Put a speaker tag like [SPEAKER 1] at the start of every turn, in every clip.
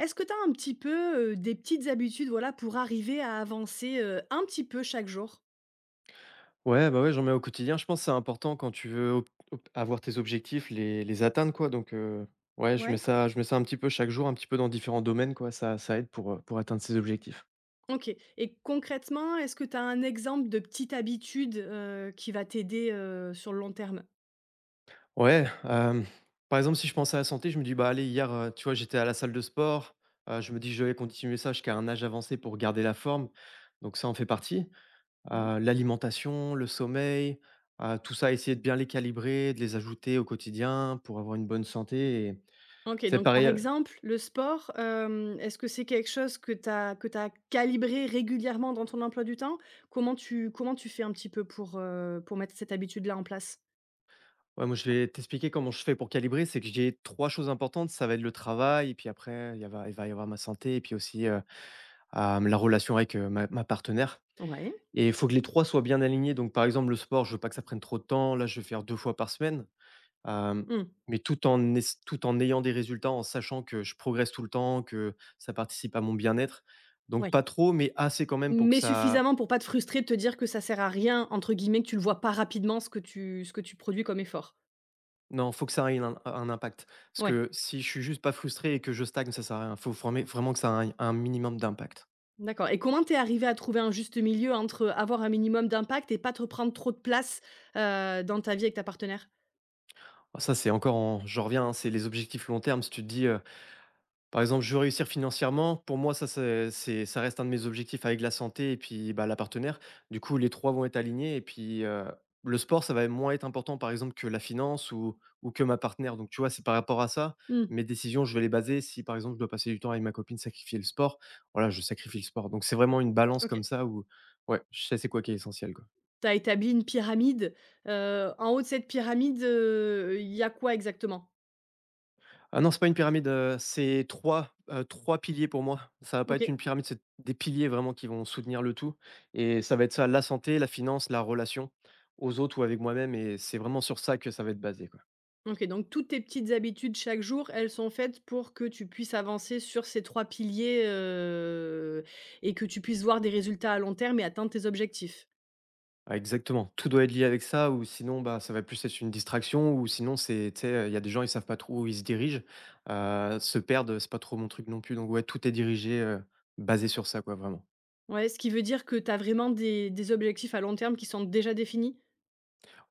[SPEAKER 1] Est-ce que tu as un petit peu, des petites habitudes, voilà, pour arriver à avancer, un petit peu chaque jour?
[SPEAKER 2] Ouais, bah, ouais, j'en mets au quotidien. Je pense que c'est important quand tu veux ob ob avoir tes objectifs, les atteindre, quoi, donc ouais, je mets
[SPEAKER 1] Ouais?
[SPEAKER 2] ça je mets ça un petit peu chaque jour, un petit peu dans différents domaines, quoi. Ça ça aide pour atteindre ses objectifs.
[SPEAKER 1] OK, et concrètement, est-ce que tu as un exemple de petite habitude, qui va t'aider, sur le long terme?
[SPEAKER 2] Ouais, par exemple, si je pense à la santé, je me dis: «Bah, allez, hier, tu vois, j'étais à la salle de sport», je me dis: «Je vais continuer ça jusqu'à un âge avancé pour garder la forme», donc ça en fait partie.
[SPEAKER 1] Mmh.
[SPEAKER 2] L'alimentation, le sommeil, tout ça, essayer de bien les calibrer, de les ajouter au quotidien pour avoir une bonne santé et
[SPEAKER 1] OK,
[SPEAKER 2] c'est
[SPEAKER 1] donc par
[SPEAKER 2] pareil.
[SPEAKER 1] exemple, le sport, est-ce que c'est quelque chose que tu calibré régulièrement dans ton emploi du temps? Comment tu fais un petit peu pour mettre cette habitude-là en place?
[SPEAKER 2] Ouais, moi, je vais t'expliquer comment je fais pour calibrer. C'est que j'ai 3 choses importantes. Ça va être le travail et puis après, il va y avoir ma santé et puis aussi, la relation avec, ma partenaire
[SPEAKER 1] Ouais.
[SPEAKER 2] et il faut que les 3 soient bien alignés. Donc, par exemple, le sport, je veux pas que ça prenne trop de temps. Là, je vais faire 2 fois par semaine, hem,
[SPEAKER 1] Mmh.
[SPEAKER 2] mais tout en ayant des résultats, en sachant que je progresse tout le temps, que ça participe à mon bien-être. Donc
[SPEAKER 1] Ouais.
[SPEAKER 2] pas trop, mais assez quand même pour que
[SPEAKER 1] Mais
[SPEAKER 2] ça.
[SPEAKER 1] suffisamment pour pas te frustrer de te dire que ça sert à rien, entre guillemets, que tu le vois pas rapidement ce que tu produis comme effort?
[SPEAKER 2] Non, faut que ça ait un impact. Parce
[SPEAKER 1] Ouais,
[SPEAKER 2] que si je suis juste pas frustré et que je stagne, ça sert à rien. Faut former vraiment que ça ait un minimum d'impact.
[SPEAKER 1] d'accord, et comment t'es arrivé à trouver un juste milieu entre avoir un minimum d'impact et pas te prendre trop de place, dans ta vie avec ta partenaire?
[SPEAKER 2] Ah ça, c'est encore en je reviens, hein, c'est les objectifs long terme. Si tu te dis, par exemple, je veux réussir financièrement. Pour moi, ça, c'est ça reste un de mes objectifs avec la santé et puis, bah, la partenaire. Du coup, les 3 vont être alignés et puis, le sport, ça va moins être important, par exemple, que la finance ou que ma partenaire. Donc, tu vois, c'est par rapport à ça,
[SPEAKER 1] Mmh.
[SPEAKER 2] mes décisions, je vais les baser si, par exemple, je dois passer du temps avec ma copine, sacrifier le sport, voilà, je sacrifie le sport. Donc, c'est vraiment une balance comme
[SPEAKER 1] OK.
[SPEAKER 2] ça où ouais, je sais c'est quoi qui est essentiel, quoi.
[SPEAKER 1] T'as établi une pyramide, en haut de cette pyramide, il y a quoi exactement?
[SPEAKER 2] Ah non, c'est pas une pyramide, c'est 3 3 piliers pour moi. Ça va pas être
[SPEAKER 1] OK.
[SPEAKER 2] une pyramide, c'est des piliers vraiment qui vont soutenir le tout et ça va être ça, la santé, la finance, la relation aux autres ou avec moi-même et c'est vraiment sur ça que ça va être basé, quoi.
[SPEAKER 1] OK, donc toutes tes petites habitudes chaque jour, elles sont faites pour que tu puisses avancer sur ces 3 piliers, et que tu puisses voir des résultats à long terme et atteindre tes objectifs?
[SPEAKER 2] Ah exactement, tout doit être lié avec ça ou sinon, bah, ça va plus être une distraction ou sinon c'est, tu sais, il y a des gens, ils savent pas trop où ils se dirigent, se perdre, c'est pas trop mon truc non plus donc ouais, tout est dirigé, basé sur ça, quoi, vraiment.
[SPEAKER 1] Ouais, ce qui veut dire que tu as vraiment des objectifs à long terme qui sont déjà définis?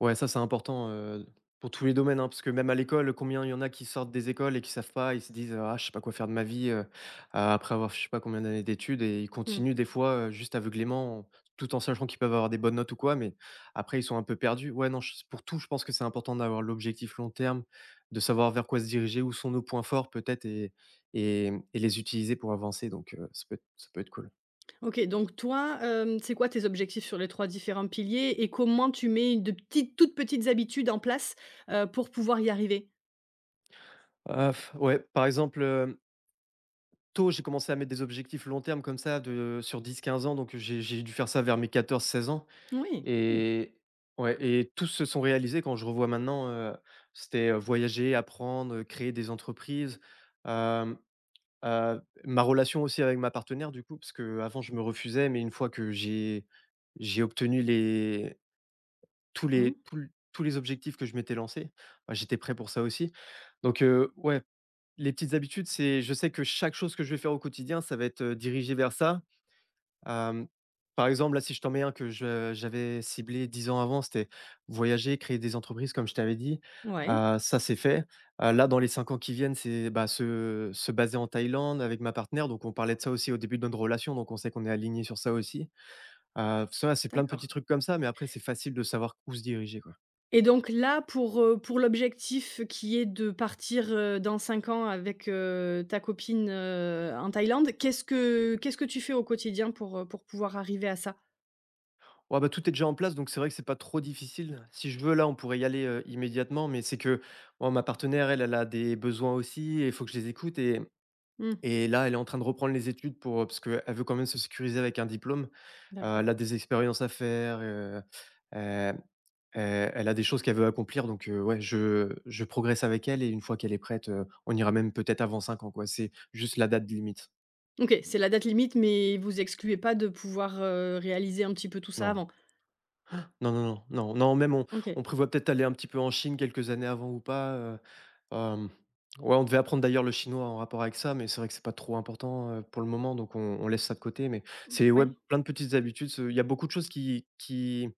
[SPEAKER 2] Ouais, ça, c'est important, pour tous les domaines, hein, parce que même à l'école, combien il y en a qui sortent des écoles et qui savent pas, ils se disent: «Ah, je sais pas quoi faire de ma vie», après avoir je sais pas combien d'années d'études et ils
[SPEAKER 1] Mmh.
[SPEAKER 2] continuent des fois, juste aveuglément, tout en sachant qu'ils peuvent avoir des bonnes notes ou quoi, mais après ils sont un peu perdus. Ouais, non, ch pour tout, je pense que c'est important d'avoir l'objectif long terme, de savoir vers quoi se diriger, où sont nos points forts peut-être et et les utiliser pour avancer donc ça peut être cool.
[SPEAKER 1] OK, donc toi, c'est quoi tes objectifs sur les 3 différents piliers et comment tu mets de petites toutes petites habitudes en place, pour pouvoir y arriver?
[SPEAKER 2] Ah, ouais, par exemple, tôt, j'ai commencé à mettre des objectifs long terme comme ça de sur dix quinze ans, donc j'ai dû faire ça vers mes quatorze seize ans
[SPEAKER 1] Oui.
[SPEAKER 2] et ouais et tous se sont réalisés quand je revois maintenant, c'était, voyager, apprendre, créer des entreprises, hem, ma relation aussi avec ma partenaire du coup, parce que avant je me refusais, mais une fois que j'ai obtenu
[SPEAKER 1] Mmh.
[SPEAKER 2] les tous tous les objectifs que je m'étais lancé, bah, j'étais prêt pour ça aussi. Donc, ouais, les petites habitudes, c'est je sais que chaque chose que je vais faire au quotidien, ça va être, dirigé vers ça. Hem, Par exemple, là, si je t'en mets un que je j'avais ciblé 10 ans avant, c'était voyager, créer des entreprises comme je t'avais dit.
[SPEAKER 1] Mouais,
[SPEAKER 2] Ça, c'est fait. Là, dans les 5 ans qui viennent, c'est, bah, se baser en Thaïlande avec ma partenaire, donc on parlait de ça aussi au début de notre relation, donc on sait qu'on est aligné sur ça aussi. Ça, c'est plein de petits
[SPEAKER 1] d'accord.
[SPEAKER 2] trucs comme ça, mais après, c'est facile de savoir où se diriger, quoi.
[SPEAKER 1] Et donc là, pour l'objectif qui est de partir, dans 5 ans avec, ta copine, en Thaïlande, qu'est-ce que tu fais au quotidien pour pouvoir arriver à ça?
[SPEAKER 2] Ouais, bah, tout est déjà en place, donc c'est vrai que c'est pas trop difficile. Si je veux, là, on pourrait y aller, immédiatement, mais c'est que, moi, ma partenaire, elle, elle a des besoins aussi et il faut que je les écoute
[SPEAKER 1] Mmh,
[SPEAKER 2] et là, elle est en train de reprendre les études pour, parce qu'elle veut quand même se sécuriser avec un diplôme.
[SPEAKER 1] d'accord.
[SPEAKER 2] Elle a des expériences à faire, hem, heu, elle a des choses qu'elle veut accomplir donc ouais, je progresse avec elle et une fois qu'elle est prête, on ira même peut-être avant 5 ans, quoi. C'est juste la date limite.
[SPEAKER 1] OK, c'est la date limite, mais vous excluez pas de pouvoir, réaliser un petit peu tout ça
[SPEAKER 2] Non.
[SPEAKER 1] avant?
[SPEAKER 2] Non, non, non, non, non, même
[SPEAKER 1] OK,
[SPEAKER 2] on prévoit peut-être aller un petit peu en Chine quelques années avant ou pas, hem, ouais, on devait apprendre d'ailleurs le chinois en rapport avec ça, mais c'est vrai que c'est pas trop important, pour le moment, donc on laisse ça de côté, mais c'est ouais,
[SPEAKER 1] ouais.
[SPEAKER 2] plein de petites habitudes, ce il y a beaucoup de choses qui,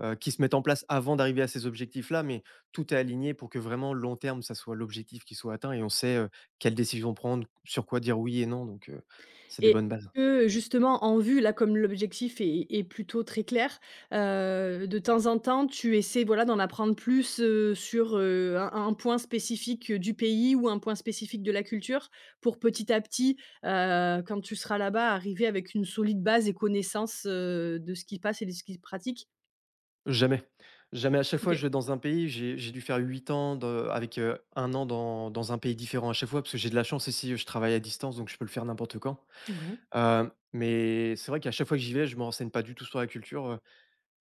[SPEAKER 2] qui se mettent en place avant d'arriver à ces objectifs-là, mais tout est aligné pour que vraiment long terme, ça soit l'objectif qui soit atteint et on sait, quelles décisions prendre, sur quoi dire oui et non, donc c'est des
[SPEAKER 1] Et
[SPEAKER 2] bonnes bases.
[SPEAKER 1] que justement en vue, là, comme l'objectif est plutôt très clair, de temps en temps, tu essaies, voilà, d'en apprendre plus, sur, un point spécifique, du pays ou un point spécifique de la culture pour petit à petit, quand tu seras là-bas, arriver avec une solide base et connaissance, de ce qui passe et de ce qui se pratique?
[SPEAKER 2] Jamais. Jamais. À chaque fois,
[SPEAKER 1] OK.
[SPEAKER 2] je vais dans un pays, j'ai dû faire 8 avec un an dans, dans un pays différent à chaque fois, parce que j'ai de la chance ici, je travaille à distance, donc je peux le faire n'importe quand.
[SPEAKER 1] Ouais.
[SPEAKER 2] Mais c'est vrai qu'à chaque fois que j'y vais, je me renseigne pas du tout sur la culture.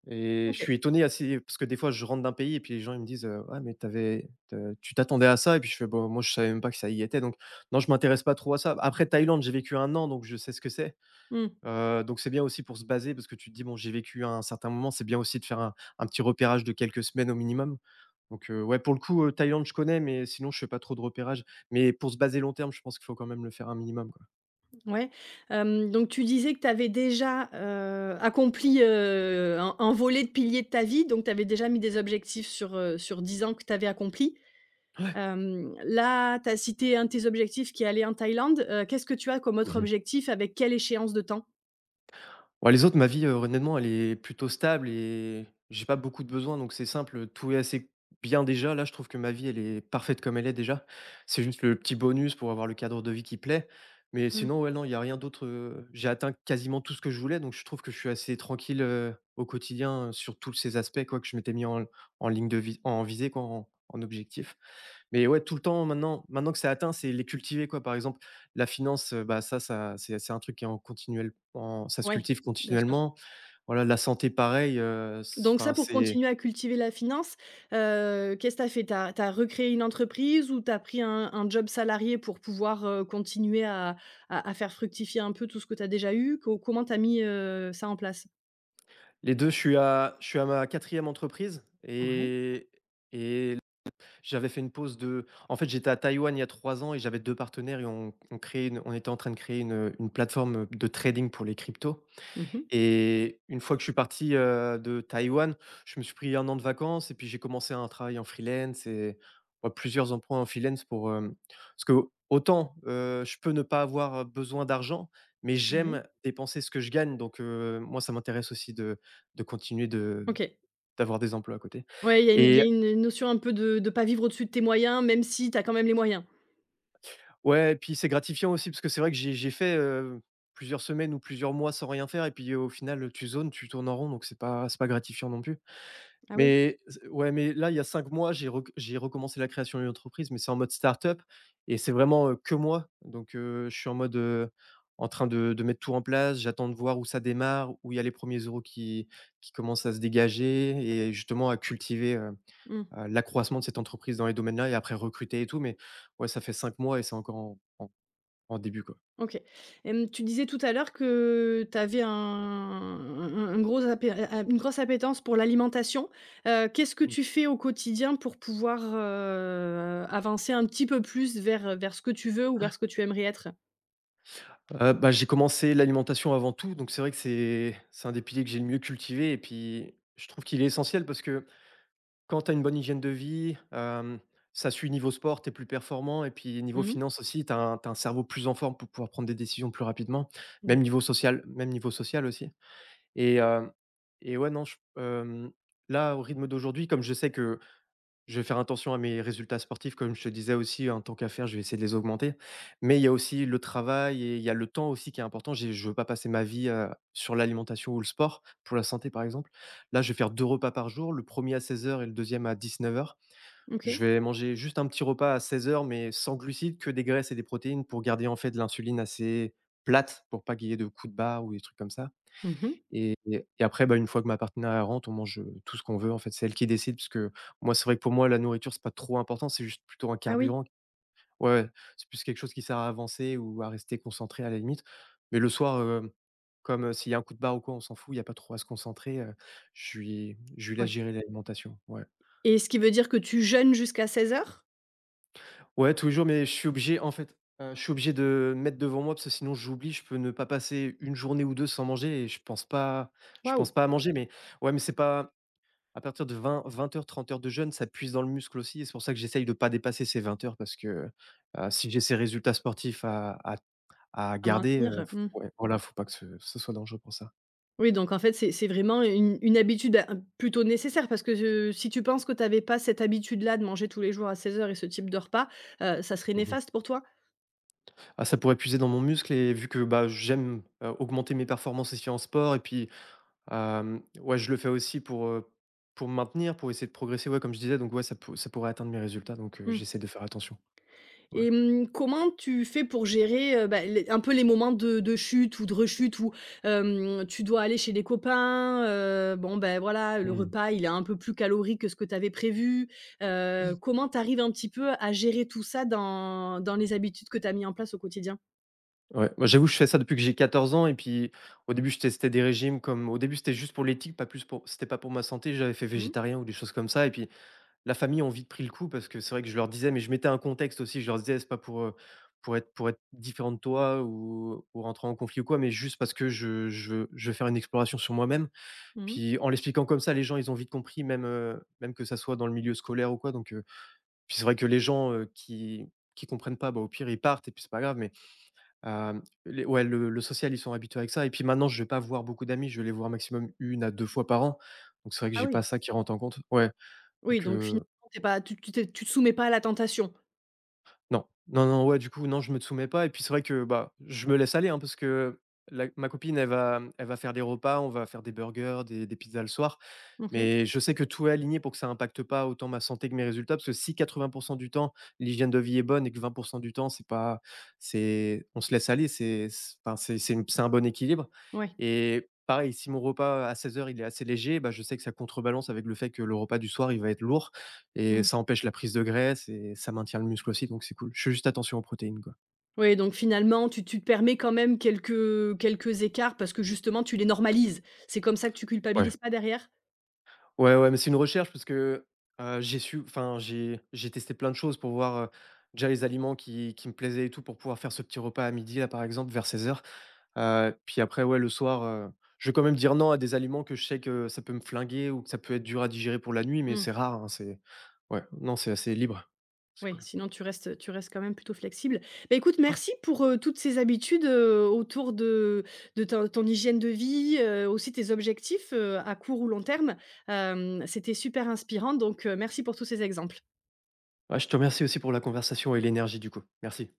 [SPEAKER 2] Et je
[SPEAKER 1] OK.
[SPEAKER 2] suis étonné assez, parce que des fois, je rentre d'un pays et puis les gens ils me disent ouais, mais tu t'attendais à ça. Et puis je fais bon, moi, je savais même pas que ça y était. Donc, non, je m'intéresse pas trop à ça. Après, Thaïlande, j'ai vécu un an, donc je sais ce que c'est.
[SPEAKER 1] Mmh.
[SPEAKER 2] Donc c'est bien aussi pour se baser parce que tu te dis: «Bon, j'ai vécu un certain moment». C'est bien aussi de faire un petit repérage de quelques semaines au minimum. Donc, ouais, pour le coup, Thaïlande, je connais, mais sinon je fais pas trop de repérage. Mais pour se baser long terme, je pense qu'il faut quand même le faire un minimum, quoi.
[SPEAKER 1] Ouais, donc tu disais que tu avais déjà, accompli, un volet de piliers de ta vie, donc tu avais déjà mis des objectifs sur, sur 10 ans que tu avais accomplis. Là, tu as cité un de tes objectifs qui est aller en Thaïlande, qu'est-ce que tu as comme autre objectif avec quelle échéance de temps?
[SPEAKER 2] Ouais, les autres, ma vie, honnêtement, elle est plutôt stable et j'ai pas beaucoup de besoins, donc c'est simple, tout est assez bien déjà. Là, je trouve que ma vie, elle est parfaite comme elle est déjà. C'est juste le petit bonus pour avoir le cadre de vie qui plaît. Mais
[SPEAKER 1] Oui,
[SPEAKER 2] sinon, ouais, non, il y a rien d'autre, j'ai atteint quasiment tout ce que je voulais, donc je trouve que je suis assez tranquille, au quotidien, sur tous ces aspects, quoi, que je m'étais mis en en ligne de vi en visée, quoi, en objectif. Mais ouais, tout le temps maintenant que c'est atteint, c'est les cultiver quoi. Par exemple, la finance, bah, ça c'est un truc qui est en continuel en ça se cultive
[SPEAKER 1] bien sûr.
[SPEAKER 2] continuellement. Voilà, la santé pareil, s
[SPEAKER 1] Donc ça,
[SPEAKER 2] enfin
[SPEAKER 1] pour
[SPEAKER 2] c'est
[SPEAKER 1] continuer à cultiver la finance, qu'est-ce que tu as fait? Tu as recréé une entreprise ou tu as pris un job salarié pour pouvoir, continuer à faire fructifier un peu tout ce que tu as déjà eu? Co comment tu as mis, ça en place?
[SPEAKER 2] les deux. Je suis à ma quatrième entreprise
[SPEAKER 1] Ouais.
[SPEAKER 2] et j'avais fait une pause de en fait, j'étais à Taïwan il y a 3 ans et j'avais 2 partenaires et on créait une on était en train de créer une plateforme, de trading pour les cryptos.
[SPEAKER 1] Mmh mh.
[SPEAKER 2] Et une fois que je suis parti, de Taïwan, je me suis pris un an de vacances et puis j'ai commencé un travail en freelance et ouais, plusieurs emplois en freelance pour, hem parce qu'autant, je peux ne pas avoir besoin d'argent, mais
[SPEAKER 1] Ouais.
[SPEAKER 2] j'aime dépenser ce que je gagne donc moi ça m'intéresse aussi de continuer de
[SPEAKER 1] OK.
[SPEAKER 2] d'avoir des emplois à côté
[SPEAKER 1] Ouais, il y a une il y
[SPEAKER 2] et
[SPEAKER 1] a une notion un peu de pas vivre au-dessus de tes moyens, même si tu as quand même les moyens?
[SPEAKER 2] ouais et puis c'est gratifiant aussi parce que c'est vrai que j'ai fait, plusieurs semaines ou plusieurs mois sans rien faire et puis au final, tu zones, tu tournes en rond donc c'est pas gratifiant non plus.
[SPEAKER 1] Ah oui?
[SPEAKER 2] Mais mais là, il y a 5 mois, j'ai recommencé la création d'une entreprise, mais c'est en mode startup et c'est vraiment, que moi. Donc je suis en mode, en train de mettre tout en place. J'attends de voir où ça démarre, où il y a les premiers euros qui commencent à se dégager et justement à cultiver,
[SPEAKER 1] Mmh.
[SPEAKER 2] l'accroissement de cette entreprise dans les domaines-là et après recruter et tout. Mais ouais, ça fait 5 mois et c'est encore en début, quoi.
[SPEAKER 1] OK. Tu disais tout à l'heure que tu avais un gros appé a une grosse appétence pour l'alimentation. Qu'est-ce que
[SPEAKER 2] Mmh.
[SPEAKER 1] tu fais au quotidien pour pouvoir, avancer un petit peu plus vers, vers ce que tu veux ou vers ce que tu aimerais être?
[SPEAKER 2] Bah, j'ai commencé l'alimentation avant tout, donc c'est vrai que c'est un des piliers que j'ai le mieux cultivé et puis je trouve qu'il est essentiel parce que quand tu as une bonne hygiène de vie, ça suit niveau sport, tu es plus performant et puis niveau
[SPEAKER 1] Mmh.
[SPEAKER 2] finance aussi, tu un cerveau plus en forme pour pouvoir prendre des décisions plus rapidement.
[SPEAKER 1] Ouais.
[SPEAKER 2] Même niveau social aussi et hem et ouais, non, là, au rythme d'aujourd'hui, comme je sais que je vais faire attention à mes résultats sportifs, comme je te disais aussi, en tant qu'affaire, je vais essayer de les augmenter. Mais il y a aussi le travail et il y a le temps aussi qui est important. J'ai je ne veux pas passer ma vie, sur l'alimentation ou le sport, pour la santé, par exemple. Là, je vais faire 2 repas par jour, le premier à seize heures et le deuxième à dix-neuf heures.
[SPEAKER 1] OK.
[SPEAKER 2] Je vais manger juste un petit repas à seize heures, mais sans glucides, que des graisses et des protéines pour garder, en fait, de l'insuline assez plate, pour pas qu'il y ait de coups de barre ou des trucs comme ça.
[SPEAKER 1] Mmh.
[SPEAKER 2] Et après, bah, une fois que ma partenaire elle rentre, on mange, tout ce qu'on veut en fait. C'est elle qui décide parce que moi, c'est vrai que pour moi, la nourriture, c'est pas trop important, c'est juste plutôt un
[SPEAKER 1] Ah oui?
[SPEAKER 2] carburant. Ouais, ouais, c'est plus quelque chose qui sert à avancer ou à rester concentré à la limite. Mais le soir, comme, s'il y a un coup de barre ou quoi, on s'en fout, il y a pas trop à se concentrer, je lui
[SPEAKER 1] Ouais.
[SPEAKER 2] laisse gérer l'alimentation, ouais.
[SPEAKER 1] Et ce qui veut dire que tu jeûnes jusqu'à 16 heures.
[SPEAKER 2] Ouais, tous les jours, mais je suis obligé en fait, je suis obligé de mettre devant moi parce que sinon j'oublie, je peux ne pas passer une journée ou 2 sans manger et je
[SPEAKER 1] Waouh!
[SPEAKER 2] pense pas à manger, mais ouais, mais c'est pas. À partir de 20 heures, 30 heures de jeûne, ça puise dans le muscle aussi et c'est pour ça que j'essaye de ne pas dépasser ces 20 heures parce que, si j'ai ces résultats sportifs à
[SPEAKER 1] À
[SPEAKER 2] garder,
[SPEAKER 1] maintenir,
[SPEAKER 2] f
[SPEAKER 1] mmh.
[SPEAKER 2] ouais, voilà, faut pas que ce soit dangereux pour ça.
[SPEAKER 1] Oui, donc en fait, c'est vraiment une habitude, plutôt nécessaire parce que, si tu penses que tu avais pas cette habitude-là de manger tous les jours à 16 heures et ce type de repas, ça serait
[SPEAKER 2] Mmh.
[SPEAKER 1] néfaste pour toi?
[SPEAKER 2] Ah, ça pourrait puiser dans mon muscle et vu que, bah, j'aime, augmenter mes performances aussi en sport et puis, ouais, je le fais aussi pour me maintenir, pour essayer de progresser, ouais, comme je disais, donc ouais, ça pourrait atteindre mes résultats, donc
[SPEAKER 1] Mmh.
[SPEAKER 2] j'essaie de faire attention. Ouais.
[SPEAKER 1] Et mmh, comment tu fais pour gérer, bah, les un peu les moments de chute ou de rechute où, tu dois aller chez des copains, bon, ben, voilà, le
[SPEAKER 2] Mmh.
[SPEAKER 1] repas, il est un peu plus calorique que ce que tu avais prévu? Comment tu arrives un petit peu à gérer tout ça dans les habitudes que tu as mis en place au quotidien?
[SPEAKER 2] Ouais, moi j'avoue, je fais ça depuis que j'ai 14 ans et puis au début, je testais des régimes comme au début, c'était juste pour l'éthique, pas plus pour c'était pas pour ma santé, j'avais fait
[SPEAKER 1] Mmh
[SPEAKER 2] végétarien ou des choses comme ça et puis la famille ont vite pris le coup parce que c'est vrai que je leur disais mais je mettais un contexte aussi, je leur disais c'est pas pour, pour être différent de toi ou rentrer en conflit ou quoi, mais juste parce que je veux faire une exploration sur moi-même.
[SPEAKER 1] mh.
[SPEAKER 2] Puis en l'expliquant comme ça, les gens, ils ont vite compris même, même que ça soit dans le milieu scolaire ou quoi donc, puis c'est vrai que les gens, qui comprennent pas, bah, au pire ils partent et puis c'est pas grave mais Hem, les ouais, le social, ils sont habitués avec ça et puis maintenant, je vais pas voir beaucoup d'amis, je vais les voir maximum une à 2 fois par an, donc c'est vrai que
[SPEAKER 1] Ah
[SPEAKER 2] j'ai
[SPEAKER 1] oui.
[SPEAKER 2] pas ça qui rentre en compte. Ouais,
[SPEAKER 1] Oui,
[SPEAKER 2] donc
[SPEAKER 1] donc finalement,
[SPEAKER 2] heu.
[SPEAKER 1] t'es pas tu tu t'es tu te soumets pas à la tentation?
[SPEAKER 2] Non, non, non, ouais, du coup, non, je me soumets pas et puis c'est vrai que, bah, je me laisse aller, hein, parce que la ma copine, elle va faire des repas, on va faire des burgers, des pizzas le soir,
[SPEAKER 1] OK.
[SPEAKER 2] mais je sais que tout est aligné pour que ça impacte pas autant ma santé que mes résultats, parce que si 80% du temps, l'hygiène de vie est bonne et que 20% du temps, c'est pas c'est on se laisse aller, c'est une c'est un bon équilibre
[SPEAKER 1] Oui.
[SPEAKER 2] et pareil, si mon repas à seize heures il est assez léger, bah, je sais que ça contrebalance avec le fait que le repas du soir, il va être lourd et ça empêche la prise de graisse et ça maintient le muscle aussi, donc c'est cool. Je fais juste attention aux protéines, quoi.
[SPEAKER 1] Oui, donc finalement, tu te permets quand même quelques, quelques écarts parce que justement, tu les normalises. C'est comme ça que tu
[SPEAKER 2] Ouais.
[SPEAKER 1] culpabilises pas derrière?
[SPEAKER 2] Ouais, ouais, mais c'est une recherche parce que, j'ai testé plein de choses pour voir, déjà les aliments qui me plaisaient et tout pour pouvoir faire ce petit repas à midi là, par exemple, vers 16:00. Puis après, ouais, le soir, je vais quand même dire non à des aliments que je sais que ça peut me flinguer ou que ça peut être dur à digérer pour la nuit, mais
[SPEAKER 1] Mmh.
[SPEAKER 2] c'est rare, hein, c'est ouais, non, c'est assez libre. C'est
[SPEAKER 1] Oui,
[SPEAKER 2] cool.
[SPEAKER 1] sinon tu restes quand même plutôt flexible. Bah, écoute, merci pour, toutes ces habitudes, autour de ton hygiène de vie, aussi tes objectifs, à court ou long terme. C'était super inspirant, donc merci pour tous ces exemples.
[SPEAKER 2] Ouais, je te remercie aussi pour la conversation et l'énergie, du coup. Merci.